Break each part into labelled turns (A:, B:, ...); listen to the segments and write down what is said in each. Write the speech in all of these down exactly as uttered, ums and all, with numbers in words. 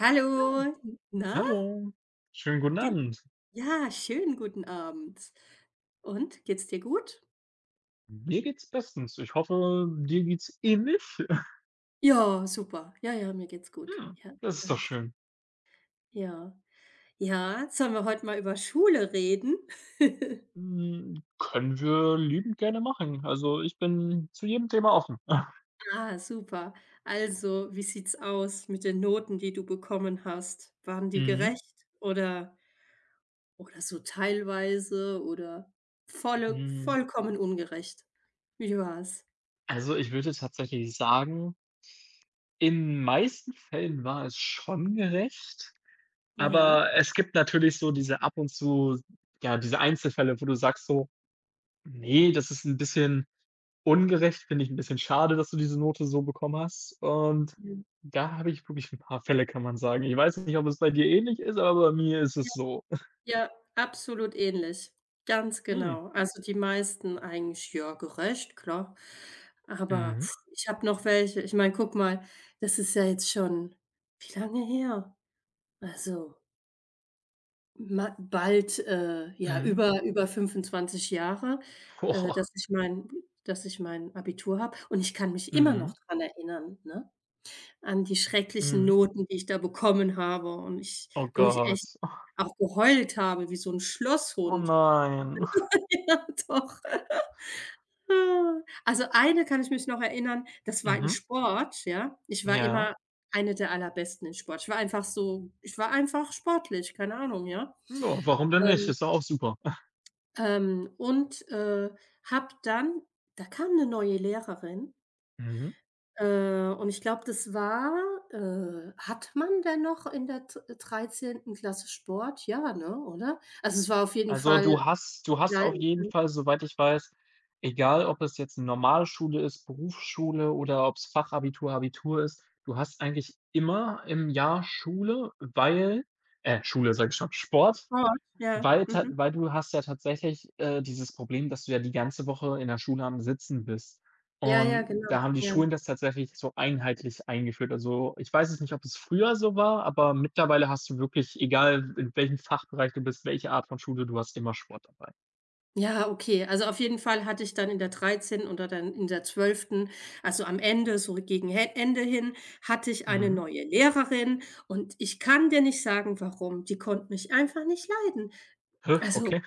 A: Hallo,
B: Ja,
A: na?
B: hallo. Schönen guten
A: Ge
B: Abend.
A: ja, Schönen guten Abend. Und geht's dir gut?
B: Mir geht's bestens. Ich hoffe, dir geht's ähnlich.
A: Ja, super. Ja, ja, mir geht's gut.
B: Ja,
A: Ja,
B: das ist doch
A: danke.
B: schön.
A: Ja. Ja, sollen wir heute mal über Schule reden?
B: Hm, können wir liebend gerne machen. Also, ich bin zu jedem Thema offen.
A: Ah, super. Also, wie sieht's aus mit den Noten, die du bekommen hast? Waren die
B: Mhm,
A: gerecht oder oder so teilweise oder volle
B: mhm.
A: vollkommen ungerecht? Wie war's?
B: Also, ich würde tatsächlich sagen, in meisten Fällen war es schon gerecht,
A: Ja.
B: aber es gibt natürlich so diese ab und zu ja, diese Einzelfälle, wo du sagst so: nee, das ist ein bisschen Ungerecht, finde ich ein bisschen schade, dass du diese Note so bekommen hast. Und da habe ich wirklich ein paar Fälle, kann man sagen. Ich weiß nicht, ob es bei dir ähnlich ist, aber bei mir ist
A: Ja.
B: es so.
A: Ja, absolut ähnlich. Ganz
B: Mhm.
A: genau. Also, die meisten eigentlich, ja, gerecht, klar. Aber
B: Mhm.
A: pff, ich habe noch welche ich meine, guck mal, das ist ja jetzt schon wie lange her? Also, ma bald, äh, ja,
B: Mhm.
A: über über fünfundzwanzig Jahre, äh,
B: Oh.
A: dass ich mein dass ich mein Abitur habe und ich kann mich immer noch
B: Mhm.
A: dran erinnern, ne, an die schrecklichen
B: Mhm.
A: Noten, die ich da bekommen habe und ich
B: Oh
A: wo ich echt
B: Gott.
A: auch geheult habe wie so ein
B: Oh
A: Schlosshund.
B: nein.
A: Ja, doch. Also, eine kann ich mich noch erinnern, das war in
B: Mhm.
A: Sport, ja. Ich war
B: Ja.
A: immer eine der Allerbesten in Sport. Ich war einfach so ich war einfach sportlich, keine Ahnung, ja.
B: Ja, warum denn nicht?
A: Ähm,
B: Ist doch auch super.
A: ähm, und, äh, habe dann da kam 'ne neue Lehrerin,
B: Mhm.
A: äh, und ich glaube, das war äh, hat man denn noch in der dr dreizehnten. Klasse Sport? Ja, ne, oder? Also, es war auf jeden
B: Also,
A: Fall,
B: du hast du hast auf jeden Fall, soweit ich weiß, egal, ob es jetzt eine normale Schule ist, Berufsschule oder ob's Fachabitur, Abitur ist, du hast eigentlich immer im Jahr Schule, weil äh, Schule sage ich schon, Sport,
A: Sport, ja,
B: weil ta
A: mhm.
B: weil du hast ja tatsächlich, äh, dieses Problem, dass du ja die ganze Woche in der Schule am Sitzen bist.
A: Ja, ja,
B: Und
A: genau,
B: da haben die
A: ja.
B: Schulen das tatsächlich so einheitlich eingeführt. Also, ich weiß es nicht, ob es früher so war, aber mittlerweile hast du wirklich, egal in welchem Fachbereich du bist, welche Art von Schule, du hast immer Sport dabei.
A: Ja, okay. Also auf jeden Fall hatte ich dann in der dreizehnten oder dann in der zwölften, also am Ende, so gegen He Ende hin, hatte ich eine
B: Mhm.
A: neue Lehrerin und ich kann dir nicht sagen, warum. Die konnte mich einfach nicht leiden.
B: Hä,
A: Also
B: okay.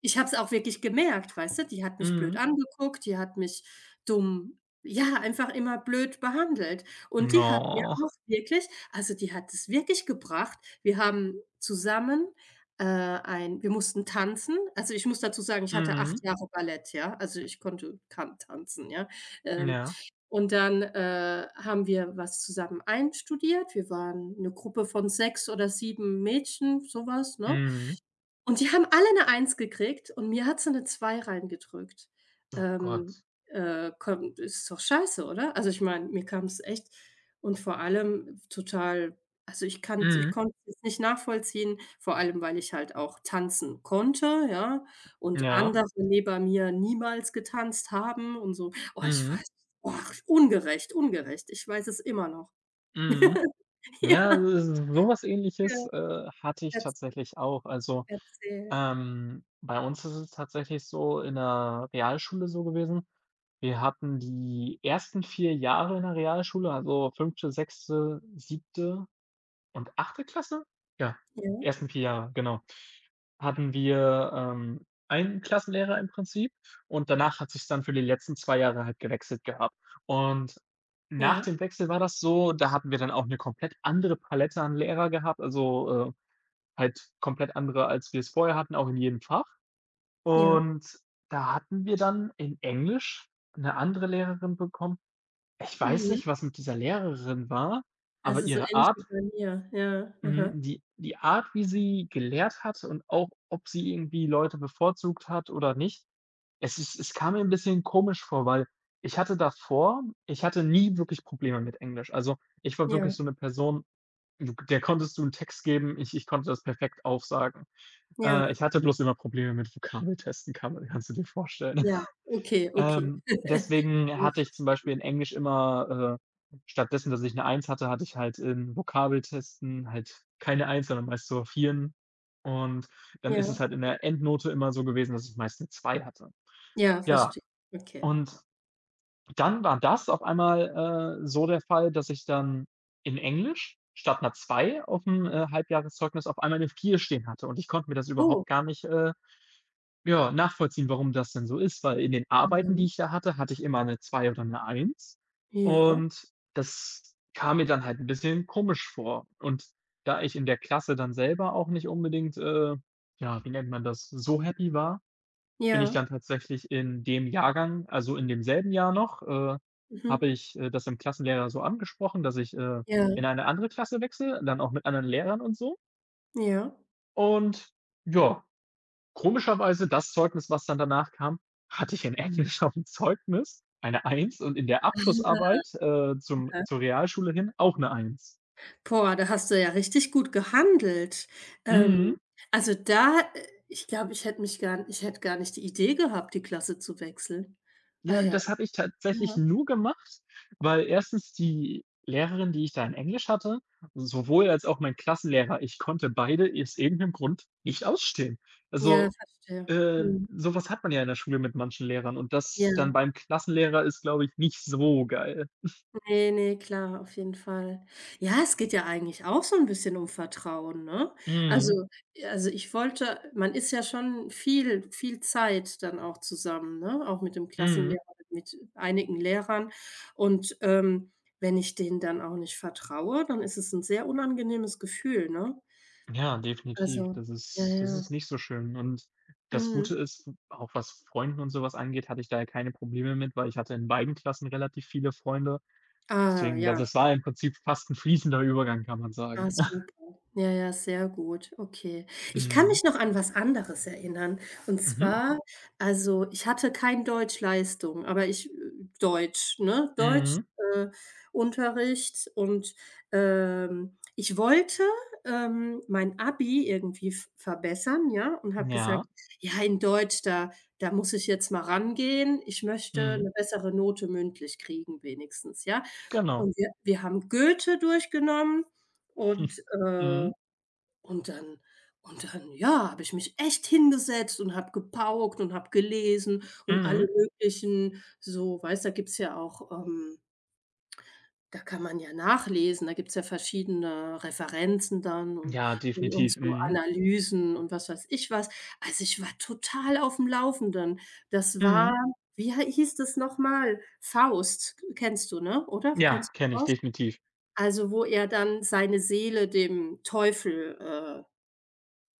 A: ich habe es auch wirklich gemerkt, weißt du? Die hat mich blöd
B: Mhm.
A: angeguckt, die hat mich dumm ja, einfach immer blöd behandelt. Und die hat mir
B: Oh.
A: auch wirklich also, die hat es wirklich gebracht. Wir haben zusammen, äh, ein wir mussten tanzen. Also, ich muss dazu sagen, ich hatte
B: Mhm.
A: acht Jahre Ballett, ja? Also, ich konnte kann tanzen, ja? Ähm,
B: Ja.
A: und dann, äh, haben wir was zusammen einstudiert. Wir waren 'ne Gruppe von sechs oder sieben Mädchen, so was, ne?
B: Mhm.
A: Und die haben alle eine Eins gekriegt und mir hat sie eine zwei reingedrückt.
B: Oh
A: Ähm,
B: Gott.
A: äh, komm, ist doch scheiße, oder? Also, ich meine, mir kam es echt und vor allem total also, ich kann, ich
B: Mhm.
A: konnte es nicht nachvollziehen, vor allem, weil ich halt auch tanzen konnte, ja, und
B: Ja.
A: andere neben mir niemals getanzt haben und so. Oh, ich
B: Mhm.
A: weiß oh, ungerecht, ungerecht. Ich weiß es immer noch.
B: Mhm. Ja,
A: Ja,
B: so was
A: ja,
B: Ähnliches, äh, hatte ich
A: erz
B: tatsächlich auch. Also.
A: erzähl.
B: Ähm, bei uns ist es tatsächlich so in der Realschule so gewesen. Wir hatten die ersten vier Jahre in der Realschule, also fünfte, sechste, siebte und achte Klasse? Ja, die
A: Ja,
B: ersten vier Jahre, genau. Hatten wir, ähm, einen Klassenlehrer im Prinzip und danach hat sich dann für die letzten zwei Jahre halt gewechselt gehabt. Und nach
A: ja,
B: dem Wechsel war das so, da hatten wir dann auch eine komplett andere Palette an Lehrer gehabt, also, äh, halt komplett andere, als wir es vorher hatten, auch in jedem Fach.
A: ja.
B: Und da hatten wir dann in Englisch 'ne andere Lehrerin bekommen. Ich weiß
A: Mhm.
B: nicht, was mit dieser Lehrerin war,
A: Das
B: aber
A: ist so
B: ihre
A: ähnlich wie
B: Art,
A: bei mir. Ja, aha.
B: hm, die die Art, wie sie gelehrt hat und auch, ob sie irgendwie Leute bevorzugt hat oder nicht. Es ist, es kam mir 'n bisschen komisch vor, weil ich hatte davor, ich hatte nie wirklich Probleme mit Englisch. Also, ich war
A: Ja,
B: wirklich so 'ne Person, du der konntest du 'n Text geben, ich ich konnte das perfekt aufsagen. Äh,
A: ja,
B: ich hatte bloß immer Probleme mit Vokabeltesten, kann man kannst du dir vorstellen.
A: ja. Okay, okay.
B: Ähm, deswegen
A: Nicht
B: hatte
A: so
B: ich zum
A: schlimm.
B: Beispiel in Englisch immer, äh stattdessen, dass ich 'ne Eins hatte, hatte ich halt in Vokabeltesten halt keine Eins, sondern meist so Vieren. Und dann ist
A: Ja,
B: es halt in der Endnote immer so gewesen, dass ich meist 'ne zwei hatte.
A: ja,
B: Ja,
A: verstehe. Okay.
B: und dann war das auf einmal, äh, so der Fall, dass ich dann in Englisch statt 'ner zwei auf'm, äh, Halbjahreszeugnis auf einmal 'ne vier stehen hatte und ich konnte mir das
A: Oh.
B: überhaupt gar nicht, äh ja, nachvollziehen, warum das denn so ist, weil in den Arbeiten, die
A: Mhm.
B: ich da hatte, hatte ich immer eine zwei oder eine eins
A: Ja,
B: und das kam mir dann halt 'n bisschen komisch vor. Und da ich in der Klasse dann selber auch nicht unbedingt, äh, ja, wie nennt man das, so happy war, bin ich
A: ja,
B: dann tatsächlich in dem Jahrgang, also, in demselben Jahr noch, äh,
A: mhm.
B: habe ich, äh, das dem Klassenlehrer so angesprochen, dass ich, äh,
A: Ja,
B: in eine andere Klasse wechsle, dann auch mit anderen Lehrern und so.
A: ja.
B: Und ja, Komischerweise das Zeugnis, was dann danach kam, hatte ich in Englisch aufm Zeugnis eine Eins und in der Abschlussarbeit, äh, zum
A: Aha.
B: zur Realschule hin auch eine Eins.
A: Boah, da hast du ja richtig gut gehandelt. Ähm,
B: Mhm.
A: also da äh, ich glaube, ich hätte mich gar ich hätte gar nicht die Idee gehabt, die Klasse zu wechseln. Ah
B: Ja,
A: ja,
B: das habe ich tatsächlich
A: ja.
B: nur gemacht, weil erstens die Lehrerin, die ich da in Englisch hatte, sowohl als auch mein Klassenlehrer, ich konnte beide aus irgendeinem Grund nicht ausstehen.
A: Ja,
B: Also,
A: verstehe.
B: äh,
A: Mhm.
B: so hat man ja in der Schule mit manchen Lehrern und das dann
A: Ja.
B: beim Klassenlehrer ist, glaube ich, nicht so geil.
A: Ne, ne, klar, auf jeden Fall. Ja, es geht ja eigentlich auch so 'n bisschen um Vertrauen, ne? Mhm.
B: Mhm,
A: Also also, ich wollte man ist ja schon viel viel Zeit dann auch zusammen, ne? Auch mit dem
B: mhm.
A: Klassenlehrer, mit einigen Lehrern. Und, ähm, wenn ich denen dann auch nicht vertraue, dann ist es 'n sehr unangenehmes Gefühl, ne?
B: Ja, definitiv.
A: Also
B: Das
A: ja,
B: ist das ist
A: ja.
B: nicht so schön. Und das
A: Mhm.
B: Gute ist, auch was Freunden und sowas angeht, hatte ich da ja keine Probleme mit, weil ich hatte in beiden Klassen relativ viele Freunde.
A: Ah,
B: Deswegen, das
A: ja.
B: das war im Prinzip fast ein fließender Übergang, kann man
A: Ah,
B: sagen.
A: super. Ja, ja, sehr gut. Okay. Ich kann
B: Mhm.
A: mich noch an was anderes erinnern. Und
B: Mhm.
A: zwar, also, ich hatte kein Deutschleistung, aber ich äh, Deutsch, ne? Deutsch,
B: Mhm.
A: äh, Unterricht und, ähm, ich wollte, ähm, mein Abi irgendwie v verbessern, ja, und habe gesagt:
B: Ja.
A: „Ja, in Deutsch, da da muss ich jetzt mal rangehen. Ich möchte
B: Mhm.
A: eine bessere Note mündlich kriegen wenigstens“, ja?
B: Genau.
A: Und wir wir haben Goethe durchgenommen und, äh
B: Mhm.
A: und dann und dann, ja, habe ich mich echt hingesetzt und habe gepaukt und habe gelesen und alle
B: Mhm.
A: möglichen so weißt, da gibt's ja auch, ähm da kann man ja nachlesen, da gibt's ja verschiedene Referenzen dann und
B: Ja,
A: und und
B: definitiv.
A: so
B: Mhm.
A: Analysen und was weiß ich was. Also, ich war total auf dem Laufenden. Das
B: Mhm.
A: war Wie hei hieß das nochmal? „Faust“, kennst du, ne, oder?
B: Ja,
A: Kennst
B: kenne
A: du
B: ich
A: „Faust“?
B: definitiv.
A: Also, wo er dann seine Seele dem Teufel,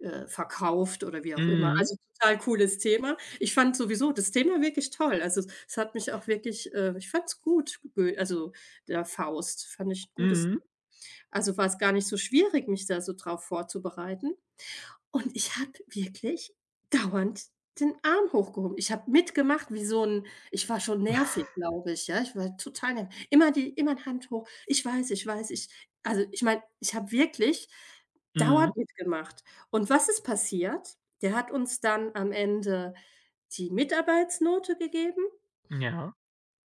A: äh, äh, verkauft oder wie auch immer.
B: Mhm.
A: Also, total cooles Thema. Ich fand sowieso das Thema wirklich toll. Also, es hat mich auch wirklich äh, ich fand es gut, Goe also, der Faust, fand ich ein gutes
B: Mhm.
A: Also, war es gar nicht so schwierig, mich da so drauf vorzubereiten. Und ich habe wirklich dauernd den Arm hochgehoben. Ich habe mitgemacht wie so 'n ich war schon nervig, glaube ich, ja? Ich war total ner immer die immer 'ne Hand hoch: „Ich weiß, ich weiß, ich“ also, ich meine, ich habe wirklich
B: Mhm.
A: dauernd mitgemacht. Und was ist passiert? Der hat uns dann am Ende die Mitarbeitsnote gegeben
B: Ja.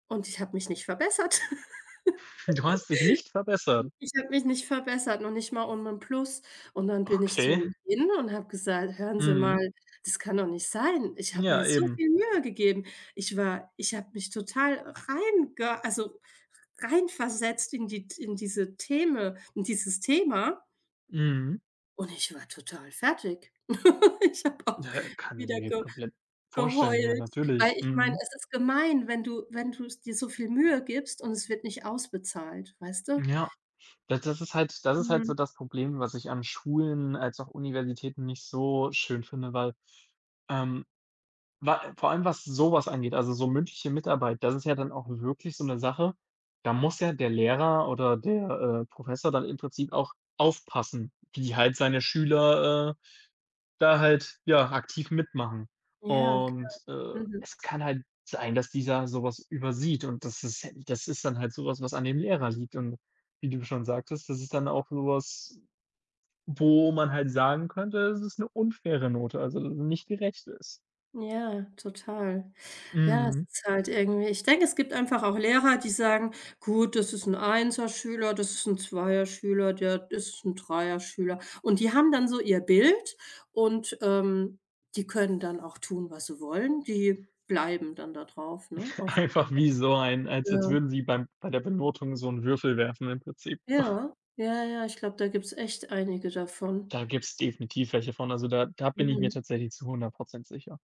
A: und ich habe mich nicht verbessert.
B: Du hast dich nicht verbessert.
A: Ich habe mich nicht verbessert, noch nicht mal um 'n Plus. Und dann bin ich zu
B: Okay.
A: ihm hin und habe gesagt: „Hören Sie
B: Mhm.
A: mal, das kann doch nicht sein. Ich habe
B: Ja,
A: mir so
B: eben.
A: viel Mühe gegeben. Ich war ich habe mich total reinge also, reinversetzt in die in diese Theme in dieses Thema
B: Mhm.
A: und ich war total fertig.“ Ich habe auch
B: Ja, kann ich
A: wieder
B: mir
A: ge
B: komplett vorstellen, ja,
A: geheult, weil
B: natürlich.
A: ich meine,
B: Mhm.
A: es ist gemein, wenn du wenn du's dir so viel Mühe gibst und es wird nicht ausbezahlt, weißt du?
B: Ja, das das ist halt das ist halt
A: Mhm.
B: so das Problem, was ich an Schulen als auch Universitäten nicht so schön finde, weil, ähm, wa vor allem was sowas angeht, also so mündliche Mitarbeit, das ist ja dann auch wirklich so eine Sache, da muss ja der Lehrer oder der, äh, Professor dann im Prinzip auch aufpassen, wie halt seine Schüler, äh da halt, ja, aktiv mitmachen.
A: Ja,
B: Und, äh,
A: mhm.
B: es kann halt sein, dass dieser sowas übersieht und das ist das ist dann halt sowas, was an dem Lehrer liegt und wie du schon sagtest, das ist dann auch sowas, wo man halt sagen könnte, das ist eine unfaire Note, also, dass es nicht gerecht ist.
A: Ja, total. Ja, es
B: Mhm.
A: ist halt irgendwie ich denke, es gibt einfach auch Lehrer, die sagen: „Gut, das ist ein Einser schüler das ist ein Zweier-Schüler, der das ist ein Dreier schüler“ Und die haben dann so ihr Bild und, ähm, die können dann auch tun, was sie wollen. Die bleiben dann da drauf, ne? Auf
B: Einfach wie so ein als als
A: ja,
B: würden sie beim bei der Benotung so einen Würfel werfen im Prinzip.
A: ja, ja, ja, ich glaube, da gibt's echt einige davon.
B: Da gibt's definitiv welche von, also, da da bin ich mir
A: Mhm.
B: tatsächlich zu hundert Prozent sicher.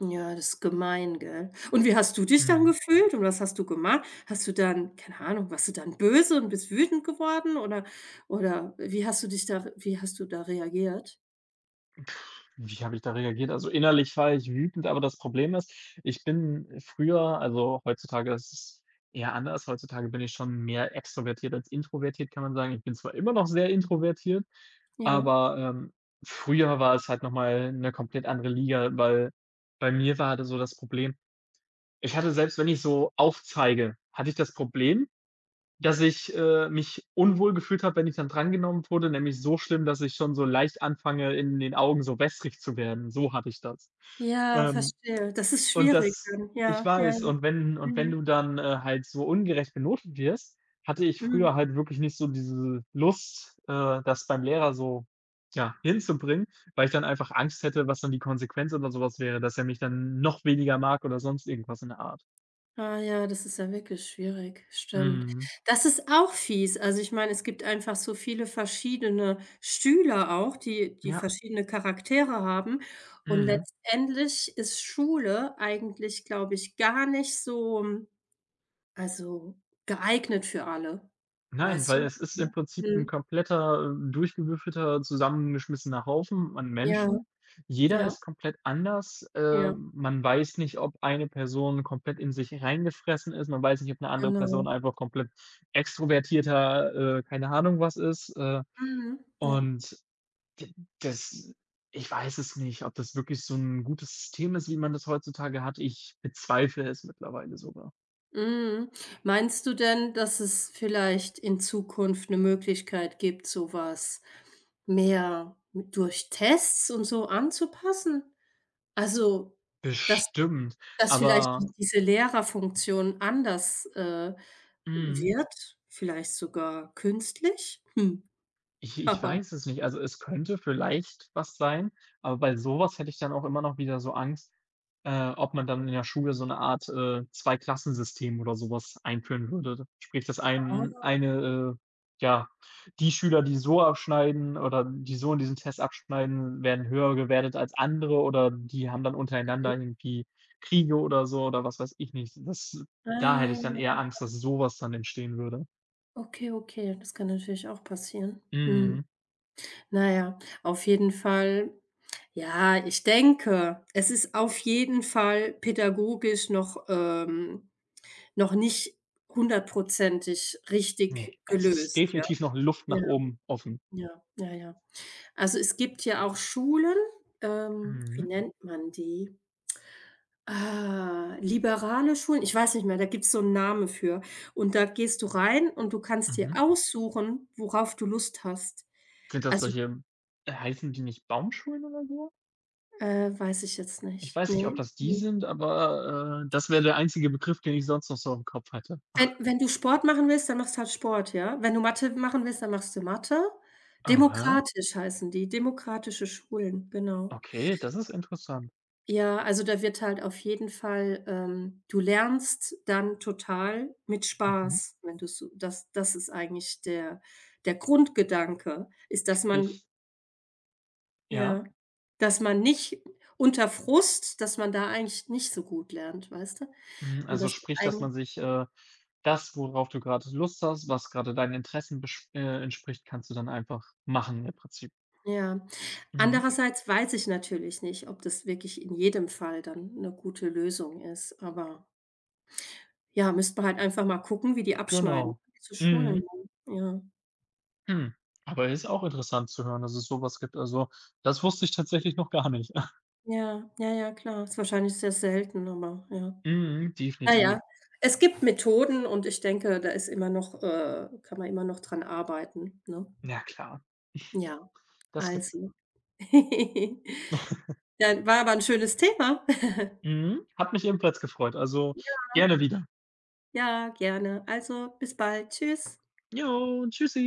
A: Ja, das ist gemein, gell? Und wie hast du dich dann
B: Mhm.
A: gefühlt und was hast du gemacht? Hast du dann keine Ahnung, warst du dann böse und bist wütend geworden oder oder wie hast du dich da wie hast du da reagiert?
B: Wie habe ich da reagiert? Also, innerlich war ich wütend, aber das Problem ist, ich bin früher also, heutzutage ist es eher anders. Heutzutage bin ich schon mehr extrovertiert als introvertiert, kann man sagen. Ich bin zwar immer noch sehr introvertiert,
A: Ja.
B: aber, ähm, früher war es halt noch mal 'ne komplett andere Liga, weil bei mir war halt so das Problem, ich hatte, selbst wenn ich so aufzeige, hatte ich das Problem, dass ich, äh, mich unwohl gefühlt habe, wenn ich dann drangenommen wurde, nämlich so schlimm, dass ich schon so leicht anfange, in den Augen so wässrig zu werden. So hatte ich das.
A: Ja,
B: Ähm,
A: verstehe. Das ist
B: und
A: schwierig
B: das
A: dann.
B: ich
A: Ja, ja,
B: weiß,
A: ja.
B: und wenn und wenn
A: Mhm.
B: du dann, äh, halt so ungerecht benotet wirst, hatte ich
A: Mhm.
B: früher halt wirklich nicht so diese Lust, äh, das beim Lehrer so, ja, hinzubringen, weil ich dann einfach Angst hätte, was dann die Konsequenz oder sowas wäre, dass er mich dann noch weniger mag oder sonst irgendwas in der Art.
A: Ah ja, das ist ja wirklich schwierig, stimmt.
B: Mhm.
A: Das ist auch fies. Also, ich meine, es gibt einfach so viele verschiedene Stühle auch, die die
B: Ja.
A: verschiedene Charaktere haben und
B: Mhm.
A: letztendlich ist Schule eigentlich, glaube ich, gar nicht so, hm, also, geeignet für alle.
B: Nein,
A: Weißt du,
B: weil es
A: was ich
B: ist im
A: meine?
B: Prinzip ein
A: Mhm.
B: kompletter, äh, durchgewürfelter, zusammengeschmissener Haufen an
A: Ja,
B: Menschen. Jeder
A: ja,
B: ist komplett anders.
A: ja,
B: Ähm, man weiß nicht, ob eine Person komplett in sich reingefressen ist. Man weiß nicht, ob eine andere
A: genau.
B: Person einfach komplett extrovertierter, äh, keine Ahnung was ist. Äh,
A: Mhm, ja.
B: und d das ich weiß es nicht, ob das wirklich so ein gutes System ist, wie man das heutzutage hat. Ich bezweifle es mittlerweile sogar.
A: Mhm. Meinst du denn, dass es vielleicht in Zukunft eine Möglichkeit gibt, so was mehr mit durch Tests und so anzupassen? Also, dass
B: Bestimmt,
A: dass vielleicht die
B: aber
A: diese Lehrerfunktion anders, äh,
B: mhm.
A: wird, vielleicht sogar künstlich? Hm.
B: Ich ich weiß es nicht. Also, es könnte vielleicht was sein, aber bei sowas hätte ich dann auch immer noch wieder so Angst, äh, ob man dann in der Schule so eine Art, äh, Zwei-Klassensystem oder sowas einführen würde. Sprich, dass
A: Ah, ah
B: ein
A: ja.
B: eine, äh ja, die Schüler, die so abschneiden oder die so in diesem Test abschneiden, werden höher gewertet als andere oder die haben dann untereinander irgendwie Kriege oder so oder was weiß ich nicht. Das da hätte ich dann eher
A: Ja.
B: Angst, dass sowas dann entstehen würde.
A: Okay, okay, das kann natürlich auch passieren. Mhm.
B: Mhm.
A: Na ja, auf jeden Fall. Ja, ich denke, es ist auf jeden Fall pädagogisch noch, ähm noch nicht hundertprozentig
B: Ne,
A: richtig
B: es ist
A: gelöst, ja.
B: definitiv noch Luft
A: Ja,
B: nach oben offen.
A: ja, ja, ja. Also, es gibt ja auch Schulen, ähm, wie
B: Mhm,
A: nennt man die? Ah, liberale Schulen, ich weiß nicht mehr, da gibt es so einen Namen für. Und da gehst du rein und du kannst dir
B: mhm.
A: aussuchen, worauf du Lust hast.
B: Sind das
A: Also,
B: solche, äh, heißen die nicht Baumschulen oder so?
A: äh, weiß ich jetzt
B: Ich
A: nicht.
B: weiß nicht, ob
A: Ne?
B: das die
A: Mhm.
B: sind, aber, äh, das wäre der einzige Begriff, den ich sonst noch so im Kopf hatte.
A: Wenn wenn du Sport machen willst, dann machst du halt Sport, ja? Wenn du Mathe machen willst, dann machst du Mathe.
B: Aha.
A: Demokratisch heißen die, demokratische Schulen, genau.
B: Okay, das ist interessant.
A: Ja, also da wird halt auf jeden Fall ähm, du lernst dann total mit
B: Mhm.
A: Spaß, wenn du's so das das ist eigentlich der der Grundgedanke, ist, dass man
B: Sprich, ja?
A: ja, dass man nicht unter Frust dass man da eigentlich nicht so gut lernt, weißt du?
B: Hm,
A: Und
B: also
A: dass du
B: sprich, dass
A: eigentlich
B: man sich, äh das, worauf du grade Lust hast, was grade deinen Interessen besch äh, entspricht, kannst du dann einfach machen im Prinzip.
A: Ja.
B: Mhm,
A: Andererseits weiß ich natürlich nicht, ob das wirklich in jedem Fall dann 'ne gute Lösung ist, aber ja, müsste man halt einfach mal gucken, wie die abschneiden,
B: genau.
A: diese
B: Mhm.
A: Schulen, ne? Ja.
B: Hm, aber ist auch interessant zu hören, dass es sowas gibt. Also, das wusste ich tatsächlich noch gar nicht.
A: Ja, ja, ja, klar. Ist wahrscheinlich sehr selten, aber ja.
B: Mhm,
A: Na
B: definitiv.
A: ja, es gibt Methoden und ich denke, da ist immer noch äh, kann man immer noch dran arbeiten, ne?
B: Na klar,
A: Ja,
B: das gibt's.
A: also. Dann war aber 'n schönes Thema.
B: Mhm, hat mich ebenfalls gefreut. Also, gerne wieder.
A: Ja, gerne. Also, bis bald. Tschüss.
B: Jo, tschüssi.